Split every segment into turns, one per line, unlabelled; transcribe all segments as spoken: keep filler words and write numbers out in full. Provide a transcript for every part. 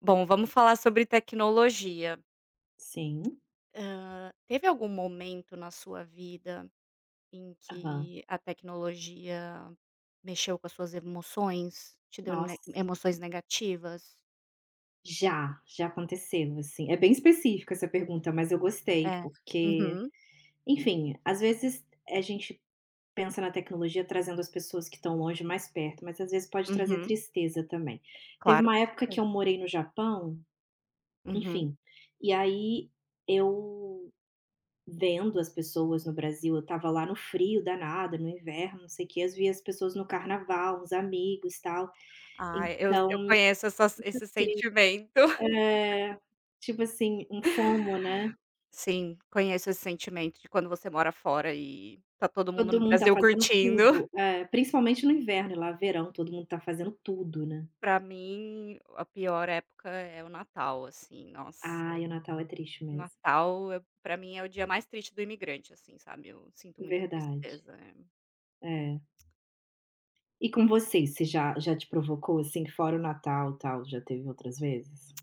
Bom, vamos falar sobre tecnologia.
Sim,
Hã, teve algum momento na sua vida em
aham.
que a tecnologia mexeu com as suas emoções? Te deu ne
Nossa,
emoções negativas?
já, já aconteceu, assim. É bem específica essa pergunta, mas eu gostei,
É.
porque,
Uhum,
enfim, às vezes a gente pensa na tecnologia trazendo as pessoas que estão longe mais perto, mas às vezes pode trazer
uhum.
tristeza também. Teve
Claro,
uma
com
época que
certeza.
eu morei no Japão,
Uhum.
enfim, e aí eu vendo as pessoas no Brasil, eu estava lá no frio danado, no inverno, não sei o quê, eu via as pessoas no carnaval, uns amigos, tal.
Ah, eu eu
Então
conheço essas esse sentimento.
é, tipo assim, um FOMO, né,
Sim, conheço esse sentimento de quando você mora fora e tá todo mundo no
todo mundo tá
Brasil
fazendo
curtindo.
tudo, é, principalmente no inverno, e lá verão, todo mundo tá fazendo tudo, né.
Pra mim, a pior época é o Natal, assim, nossa.
Ai, o Natal é triste mesmo,
Natal é Pra mim, é o dia mais triste do imigrante, assim, sabe, eu sinto muita
verdade,
tristeza, é.
é. E com você, você já já te provocou, assim, fora o Natal, tal, já teve outras vezes?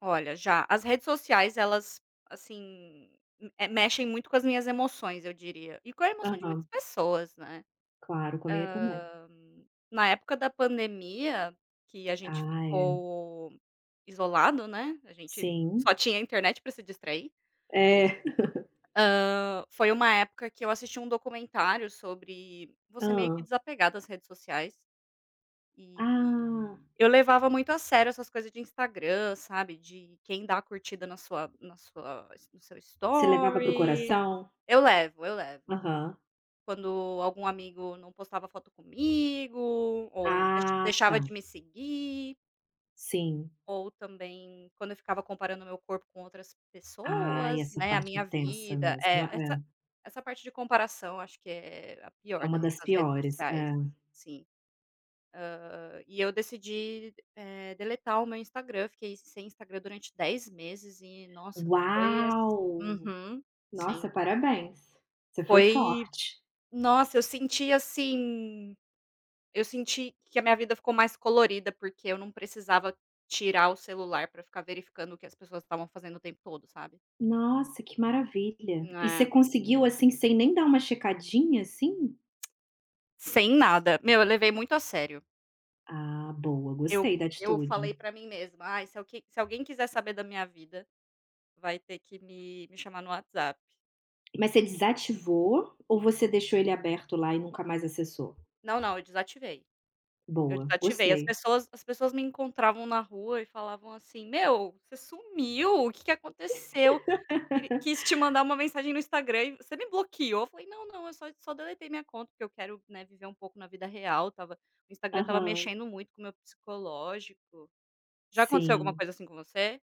Olha, já, as redes sociais elas, assim, eh, mexem muito com as minhas emoções, eu diria, e com a emoção de muitas
Aham,
pessoas, né.
claro, comigo também.
Hã, Na época da pandemia, que a gente
Ah, é.
ficou isolado, né, a gente
Sim.
só tinha internet pra se distrair,
É.
hã, foi uma época que eu assisti um documentário sobre você meio que
Hã.
desapegar das redes sociais. E
Ah,
eu levava muito a sério essas coisas de Instagram, sabe, de quem dá curtida na sua na sua no seu
você levava pro
story.
coração?
Eu levo, eu levo.
Aham.
Quando algum amigo não postava foto comigo, ou deix
Ah,
deixava
tá,
de me seguir,
sim.
ou também quando eu ficava comparando meu corpo com outras
Ai,
pessoas,
essa
né, a
parte
minha
é tensa
vida.
mesmo.
É, essa
É,
essa parte de comparação acho que é a
é
pior da
uma
re
das
das redes
piores.
sociais.
É.
Sim. E eu decidi, eh, deletar o meu Instagram, fiquei sem Instagram durante dez meses e nossa, foi assim,
Uau!
uhum, sim.
Nossa, parabéns. Você foi
Foi,
forte.
nossa, eu senti assim, eu senti que a minha vida ficou mais colorida, porque eu não precisava tirar o celular pra ficar verificando o que as pessoas estavam fazendo o tempo todo, sabe.
Nossa, que maravilha. E você
É,
conseguiu, assim, sem nem dar uma checadinha, assim?
sem nada. Meu, eu levei muito a sério.
Ah, boa,
Eu
gostei da
eu
atitude.
falei pra mim mesma: "Ai, se alque se alguém quiser saber da minha vida, vai ter que me me chamar no WhatsApp".
Mas você desativou ou você deixou ele aberto lá e nunca mais acessou?
Não, não, eu desativei. Eu
Boa,
desativei. As
gostei.
pessoas as pessoas me encontravam na rua e falavam assim: "Meu, você sumiu, o que que aconteceu? Ele quis te mandar uma mensagem no Instagram e você me bloqueou?" Eu falei: "Não, não, eu só só deletei minha conta, porque eu quero, né, viver um pouco na vida real. Tava, o Instagram tava
Aham,
mexendo muito com o meu psicológico". Já aconteceu alguma
sim.
coisa assim com você?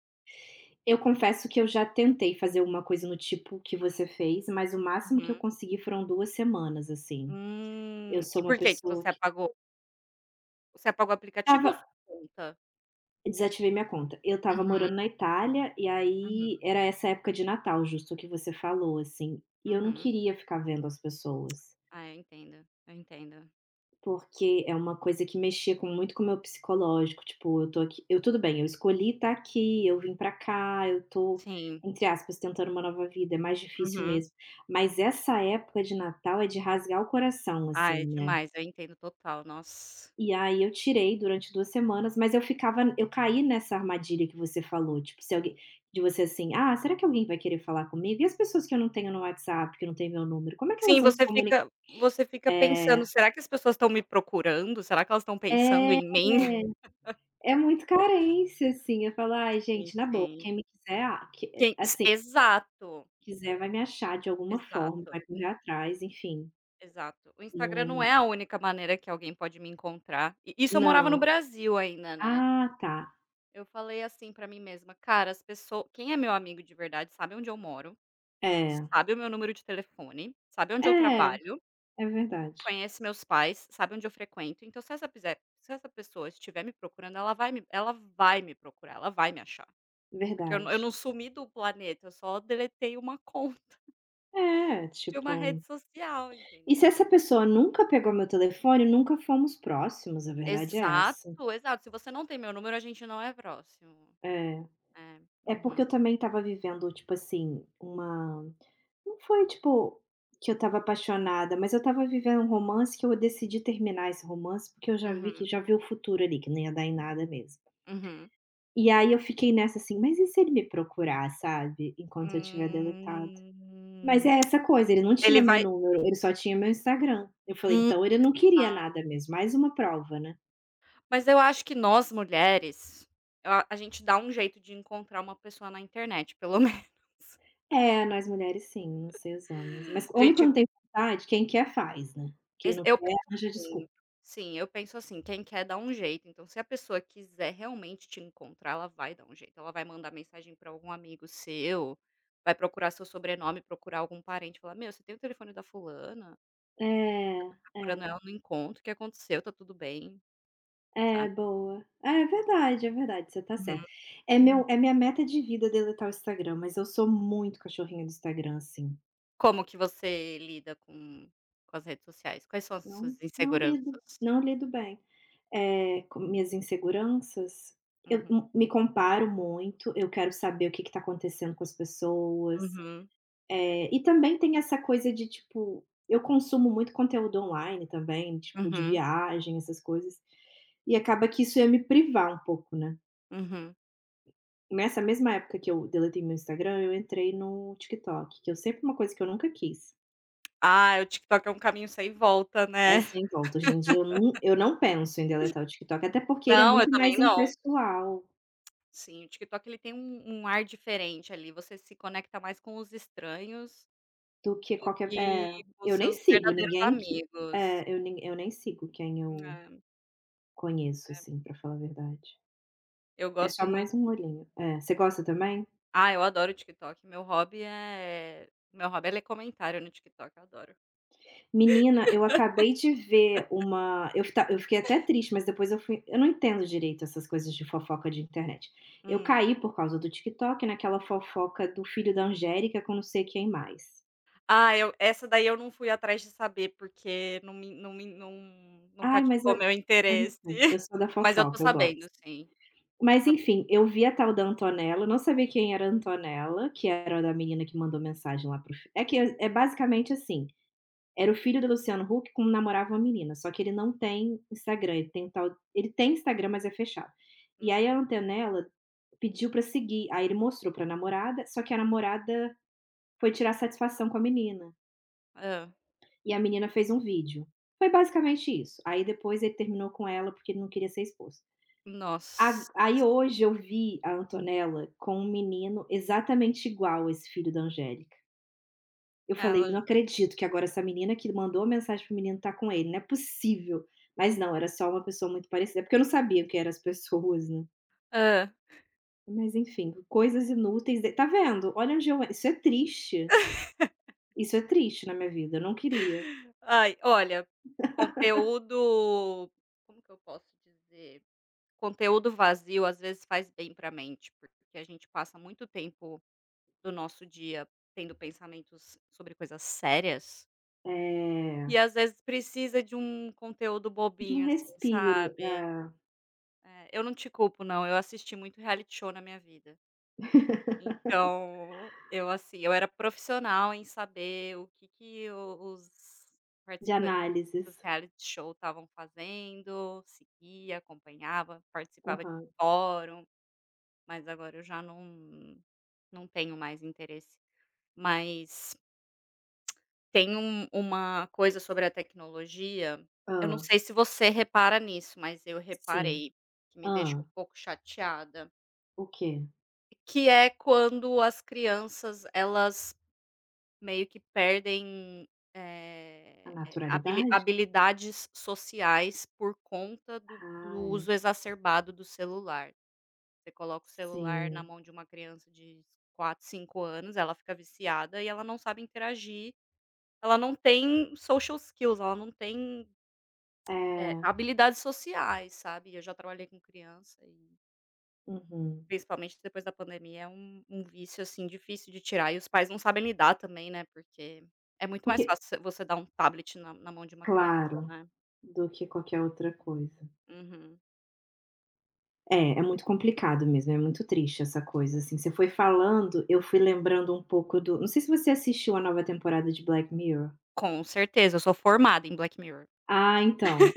Eu confesso que eu já tentei fazer uma coisa no tipo que você fez, mas o máximo que
Uhum.
eu consegui foram duas semanas, assim.
Hum.
Eu
E
sou uma
por que que
pessoa
você
que
apagou? Você apagou o aplicativo
estava
ou sua conta?
desativei minha conta. Eu estava
Uhum,
morando na Itália, e
uhum.
aí era essa época de Natal, justo o que você falou, assim, e eu não
Uhum.
queria ficar vendo as pessoas.
Ah, eu entendo, eu entendo.
Porque é uma coisa que mexia com muito com o meu psicológico, tipo, eu tô aqui eu tudo bem, eu escolhi estar aqui, eu vim pra cá, eu tô,
Sim.
entre aspas, tentando uma nova vida, é mais difícil
Uhum.
mesmo. Mas essa época de Natal é de rasgar o coração,
Ah,
assim,
é
né.
demais, eu entendo total, nossa.
E aí eu tirei durante duas semanas, mas eu ficava eu caí nessa armadilha que você falou, tipo, se alguém de você assim: "Ah, será que alguém vai querer falar comigo? E as pessoas que eu não tenho no WhatsApp, que não tem meu número, como é que
Sim,
elas vão se
você
comunicar".
fica você fica pensando:
É.
"Será que as pessoas estão me procurando? Será que elas estão pensando
É.
em mim?"
É muito carência, assim, eu falo: "Ai
Sim,
gente, na boa,
sim.
quem me quiser a que
Quem s
assim,
Exato,
quem quiser vai me achar de alguma forma,
exato,
vai correr atrás, enfim".
exato. O Instagram não é
Hum,
a única maneira que alguém pode me encontrar. E isso eu morava no
não.
Brasil ainda, né.
Ah, tá.
Eu falei assim pra mim mesma: "Cara, as pesso quem é meu amigo de verdade sabe onde eu moro,
É.
sabe o meu número de telefone, sabe onde eu
É,
trabalho."
é verdade,
Conhece meus pais, sabe onde eu frequento, então se essa piser se essa pessoa estiver me procurando, ela vai me ela vai me procurar, ela vai me achar, porque eu não eu não
verdade.
sumi do planeta, eu só deletei uma conta
É,
de uma rede
tipo,
social,
e se
entendeu.
essa pessoa nunca pegou meu telefone, nunca fomos próximos, a verdade é
Exato,
essa.
exato. Se você não tem meu número, a gente não é próximo.
É.
É.
É porque eu
Uhum.
também estava vivendo, tipo assim, uma não foi, tipo, que eu estava apaixonada, mas eu estava vivendo um romance que eu decidi terminar esse romance, porque eu já vi que
Uhum.
já vi o futuro ali, que não ia dar em nada mesmo.
Uhum.
E aí eu fiquei nessa assim: "Mas e se ele me procurar, sabe, enquanto eu tiver deletado?". Mas
Hum.
é essa coisa, ele não tinha
Ele
meu
vai
número, ele só tinha meu Instagram. Eu falei:
Hum.
"Então ele não queria nada mesmo", mais uma prova, né.
Mas eu acho que nós mulheres, a a gente dá um jeito de encontrar uma pessoa na internet, pelo menos.
É, nós mulheres sim, não sei os homens. Mas
A
homem
gente
quando tem vontade, quem quer faz, né. Quem
Exa
não
eu penso
quer arranja
assim.
desculpa.
Sim, eu penso assim, quem quer dá um jeito, então se a pessoa quiser realmente te encontrar, ela vai dar um jeito, ela vai mandar mensagem para algum amigo seu, vai procurar seu sobrenome, procurar algum parente, falar: "Meu, você tem o telefone da fulana?
É,
Tá
é.
procurando ela no encontro, o que aconteceu? Tá tudo bem?", sabe.
É, boa. Ah, é verdade, é verdade, você tá certo. É
Hum.
meu é minha meta de vida deletar o Instagram, mas eu sou muito cachorrinha do Instagram, assim.
Como que você lida com com as redes sociais? Quais são as
Não
suas
não lido,
inseguranças?
não lido bem. É com minhas inseguranças, eu
Uhum,
m me comparo muito, eu quero saber o que que tá acontecendo com as pessoas.
uhum,
Eh, e também tem essa coisa de, tipo, eu consumo muito conteúdo online também, tipo, de
uhum,
viagem, essas coisas, e acaba que isso ia me privar um pouco, né.
uhum.
Nessa mesma época que eu deletei meu Instagram, eu entrei no TikTok, que eu sempre uma coisa que eu nunca quis,
Ah, o TikTok é um caminho sem volta,
é
né.
sem volta. Hoje em dia eu não eu não penso em deletar o TikTok, até porque ele é
Não, eu
muito
também
mais
não.
impessoal
Sim, o TikTok ele tem um um ar diferente ali, você se conecta mais com os estranhos
do que
do
qualquer
que
é,
com os
eu nem
seus
sigo
verdadeiros
ninguém que
amigos.
é, eu nem eu nem sigo quem eu
É,
conheço, assim, pra falar a verdade.
eu
É
gosto
só
muito.
mais um olhinho. É, você gosta também?
Ah, eu adoro o TikTok, meu hobby é meu hobby é ler comentário no TikTok, eu adoro.
Menina, eu acabei de ver uma eu ta eu fiquei até triste, mas depois eu fui eu não entendo direito essas coisas de fofoca de internet. Eu
Hum.
caí por causa do TikTok naquela fofoca do filho da Angélica com não sei quem mais.
Ah, eu essa daí eu não fui atrás de saber, porque não me não me não não
Ai, mas
cativou
eu
meu
eu não
interesse,
sei, eu sou da
mas eu tô
fofoca, eu
sabendo
gosto.
sim, tô
Mas
sabendo.
enfim, eu vi a tal da Antonella, não sabia quem era a Antonella, que era a da menina que mandou mensagem lá pro. Fi é que é é basicamente assim, era o filho do Luciano Huck com namorava uma menina, só que ele não tem Instagram, ele tem um tal ele tem Instagram, mas é fechado. E aí a
Hum.
Antonella pediu pra seguir, aí ele mostrou pra namorada, só que a namorada foi tirar satisfação com a menina,
Hã.
e a menina fez um vídeo. Foi basicamente isso, aí depois ele terminou com ela porque ele não queria ser exposto. A
Nossa.
aí hoje eu vi a Antonella com um menino exatamente igual esse filho da Angélica. Eu falei: "Não
Ela
acredito que agora essa menina que mandou a mensagem pro menino tá com ele, não é possível". Mas não, era só uma pessoa muito parecida, porque eu não sabia o que eram as pessoas, né. Mas enfim, coisas inúteis de tá vendo? Olha onde eu isso é triste, isso é triste na minha vida, eu não queria.
Ai, olha, conteúdo, como que eu posso dizer? Conteúdo vazio, às vezes, faz bem para a mente, porque a gente passa muito tempo do nosso dia tendo pensamentos sobre coisas sérias,
É,
e às vezes precisa de um conteúdo
de um
bobinho, assim,
respiro,
sabe.
é.
É, eu não te culpo não, eu assisti muito reality show na minha vida. Então, eu assim, eu era profissional em saber o que que o os
De
participantes dos
análises.
reality show estavam fazendo, seguia, acompanhava, participava de
Aham.
fórum, mas agora eu já não não tenho mais interesse. Mas tem um uma coisa sobre a tecnologia,
Hã.
eu não sei se você repara nisso, mas eu
Sim.
reparei, que me deixa
Hã.
um pouco chateada,
O quê?
que é quando as crianças elas meio que perdem,
A
eh, eh, habili
naturalidade?
habilidades sociais por conta do
Ah,
do
é.
uso exacerbado do celular. Você coloca o celular na
Sim.
mão de uma criança de quatro, cinco anos, ela fica viciada e ela não sabe interagir, ela não tem social skills, ela não tem, eh,
É.
habilidades sociais, sabe. Eu já trabalhei com criança e
Uhum.
principalmente depois da pandemia, é um um vício, assim, difícil de tirar e os pais não sabem lidar também, né, porque é muito mais
Porque
fácil você você dar um tablet na na mão de uma criança,
claro.
né.
Do que qualquer outra coisa.
Uhum. E
É, é muito complicado mesmo, é muito triste essa coisa, assim, você foi falando, eu fui lembrando um pouco do não sei se você assistiu a nova temporada de Black Mirror.
com certeza, eu sou formada em Black Mirror.
Ah, então,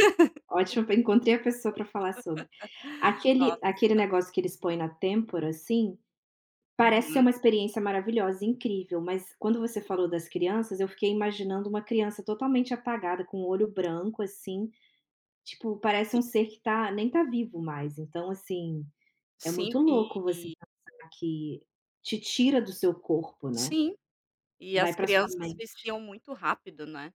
ótimo, encontrei a pessoa para falar sobre. Aquele aquele
Nossa.
negócio que eles põem na têmpora, assim, parece ser
Uhum.
uma experiência maravilhosa, incrível, mas quando você falou das crianças, eu fiquei imaginando uma criança totalmente apagada, com o olho branco, assim, tipo, parece
E
um ser que tá nem tá vivo mais, então, assim. É
sim,
muito louco você
e
pensar que te tira do seu corpo, né,
sim, e
vai
as
para sua
crianças
mente.
viciam muito rápido, né,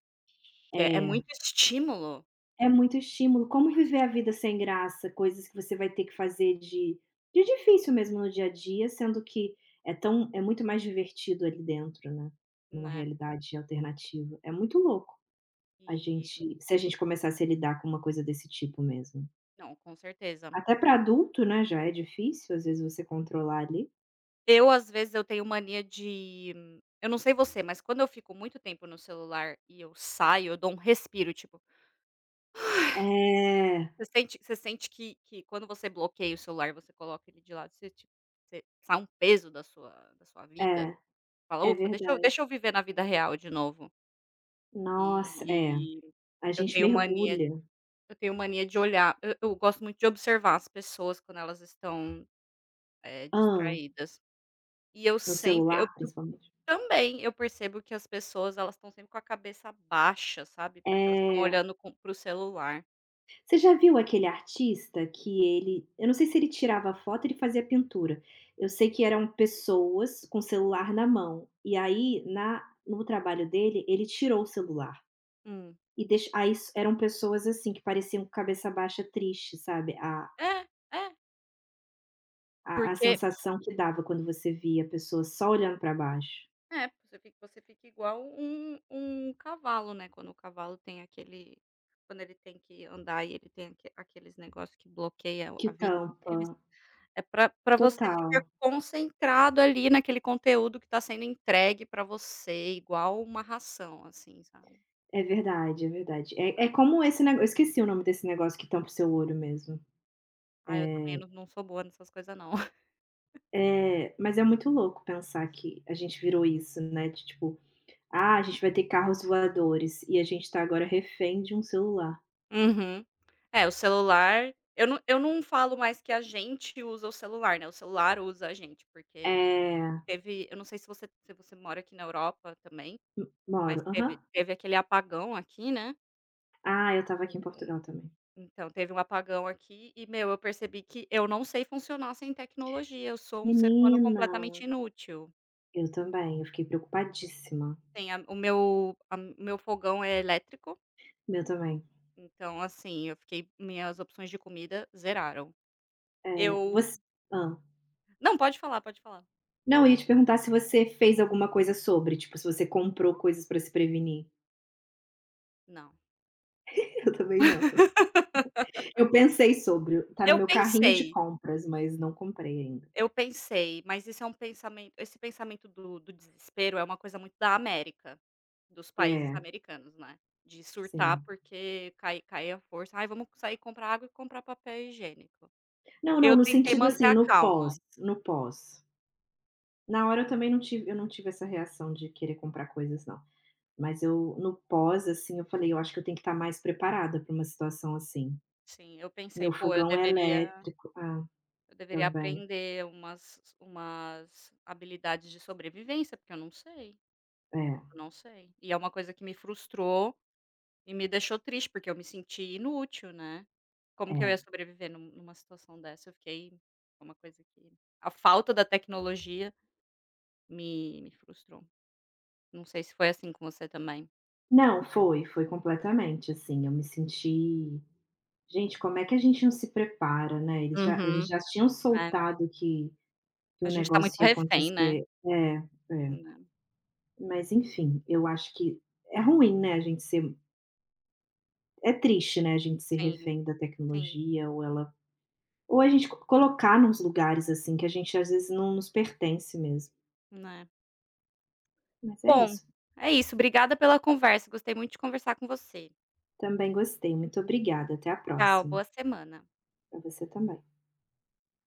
que é é
É,
muito estímulo,
é muito estímulo. Como
muito
viver a
estímulo,
vida sem graça, coisas que você vai ter que fazer de de difícil mesmo no dia a dia, sendo que é tão é muito mais divertido ali dentro, né, numa
né.
realidade alternativa. É muito louco a
E
gente se a gente começasse a lidar com uma coisa desse tipo mesmo.
não, com certeza.
Até para adulto, né, já é difícil, às vezes, você controlar ali.
Eu, às vezes, eu tenho mania de eu não sei você, mas quando eu fico muito tempo no celular e eu saio, eu dou um respiro, tipo,
É,
você sente você sente que que quando você bloqueia o celular, você coloca ele de lado, você tipo, você sai um peso da sua da sua vida,
é,
fala:
é
"Ufa, deixa eu
verdade.
deixa eu viver na vida real de novo".
Nossa, é,
E e
a
eu
gente
tenho mania
mergulha.
eu tenho mania de olhar eu eu gosto muito de observar as pessoas quando elas estão, eh,
Hã.
distraídas. E eu
No
sempre eu
celular, principalmente.
Também, eu percebo que as pessoas elas estão sempre com a cabeça baixa, sabe, porque elas estão
É.
olhando com para o celular.
Você já viu aquele artista que ele eu não sei se ele tirava foto, ele fazia pintura. Eu sei que eram pessoas com celular na mão, e aí na no trabalho dele, ele tirou o celular
Hum.
e deix aí s eram pessoas, assim, que pareciam com cabeça baixa triste, sabe, a
É, é,
a a
porque
sensação que dava quando você via a pessoa só olhando pra baixo.
é, você fica você fica igual um um cavalo, né, quando o cavalo tem aquele quando ele tem que andar e ele tem aque aqueles negócio que bloqueia
Que
a vista
tampa.
deles, é pra pra você ficar
Total.
concentrado ali naquele conteúdo que está sendo entregue pra você, igual uma ração, assim, sabe.
É verdade, é verdade. É é como esse negócio. Eu esqueci o nome desse negócio que tampa o seu olho mesmo.
Ah, eu também
É
não não sou boa nessas coisa não.
é mas é muito louco pensar que a gente virou isso, né, de tipo: "Ah, a
É.
gente vai ter carros voadores", e a gente tá agora refém de um celular.
Uhum. É, o celular eu não eu não falo mais que a gente usa o celular, né, o celular usa a gente, porque
É,
teve eu não sei se você se você mora aqui na Europa também, mas
moro.
teve
Aham.
teve aquele apagão aqui, né,
Ah, eu estava aqui em
o
Portugal também.
então teve um apagão aqui e, meu, eu percebi que eu não sei funcionar sem tecnologia, eu sou um ser humano
Menina,
completamente inútil.
eu também, eu fiquei preocupadíssima.
Tem a o meu a o meu fogão é elétrico,
Meu também.
então, assim, eu fiquei minhas opções de comida zeraram.
É,
Eu
voc hã.
Não, pode falar, pode falar.
Não, eu ia te perguntar se você fez alguma coisa sobre, tipo, se você comprou coisas pra se prevenir.
Não.
Eu também não. Eu pensei sobre, tá no
Eu
meu carrinho de
pensei,
compras, mas não comprei ainda.
eu pensei, mas isso é um pensamento, esse pensamento do do desespero é uma coisa muito da América, dos países
É,
americanos, né, de surtar
sim.
porque cai cai a força, "Ai, vamos sair comprar água e comprar papel higiênico".
Não, não,
Eu
no
tentei
sentido,
manter
assim,
a
no
calma.
pós, no pós. Na hora eu também não tive eu não tive essa reação de querer comprar coisas não, mas eu no pós, assim, eu falei: "Eu acho que eu tenho que estar mais preparada para uma situação assim".
Sim, eu pensei:
Meu
"Pô, eu
fogão é
deveria
elétrico ah,
eu deveria
também.
aprender umas umas habilidades de sobrevivência, porque eu não sei,
É,
eu não sei". E é uma coisa que me frustrou e me deixou triste, porque eu me senti inútil, né. Como que eu ia
é.
sobreviver num numa situação dessa? Eu fiquei Foi uma coisa que a falta da tecnologia me me frustrou. Não sei se foi assim com você também.
Não, foi, foi completamente, assim, eu me senti: "Gente, como é que a gente não se prepara, né". Eles já eles
Uhum.
já tinham
É,
soltado que Que
a
o
gente tá muito
negócio ia
refém, né.
acontecer. É, é.
Né.
Mas enfim, eu acho que é ruim, né, a gente ser é triste, né, a gente ser
Sim,
refém da
sim,
tecnologia ou ela ou a gente co colocar nos lugares, assim, que a gente às vezes não nos pertence mesmo.
né.
Mas é
Bom,
isso,
é isso, obrigada pela conversa, gostei muito de conversar com você.
também gostei, muito obrigada, até a
Tchau, boa
próxima.
semana.
Pra você também.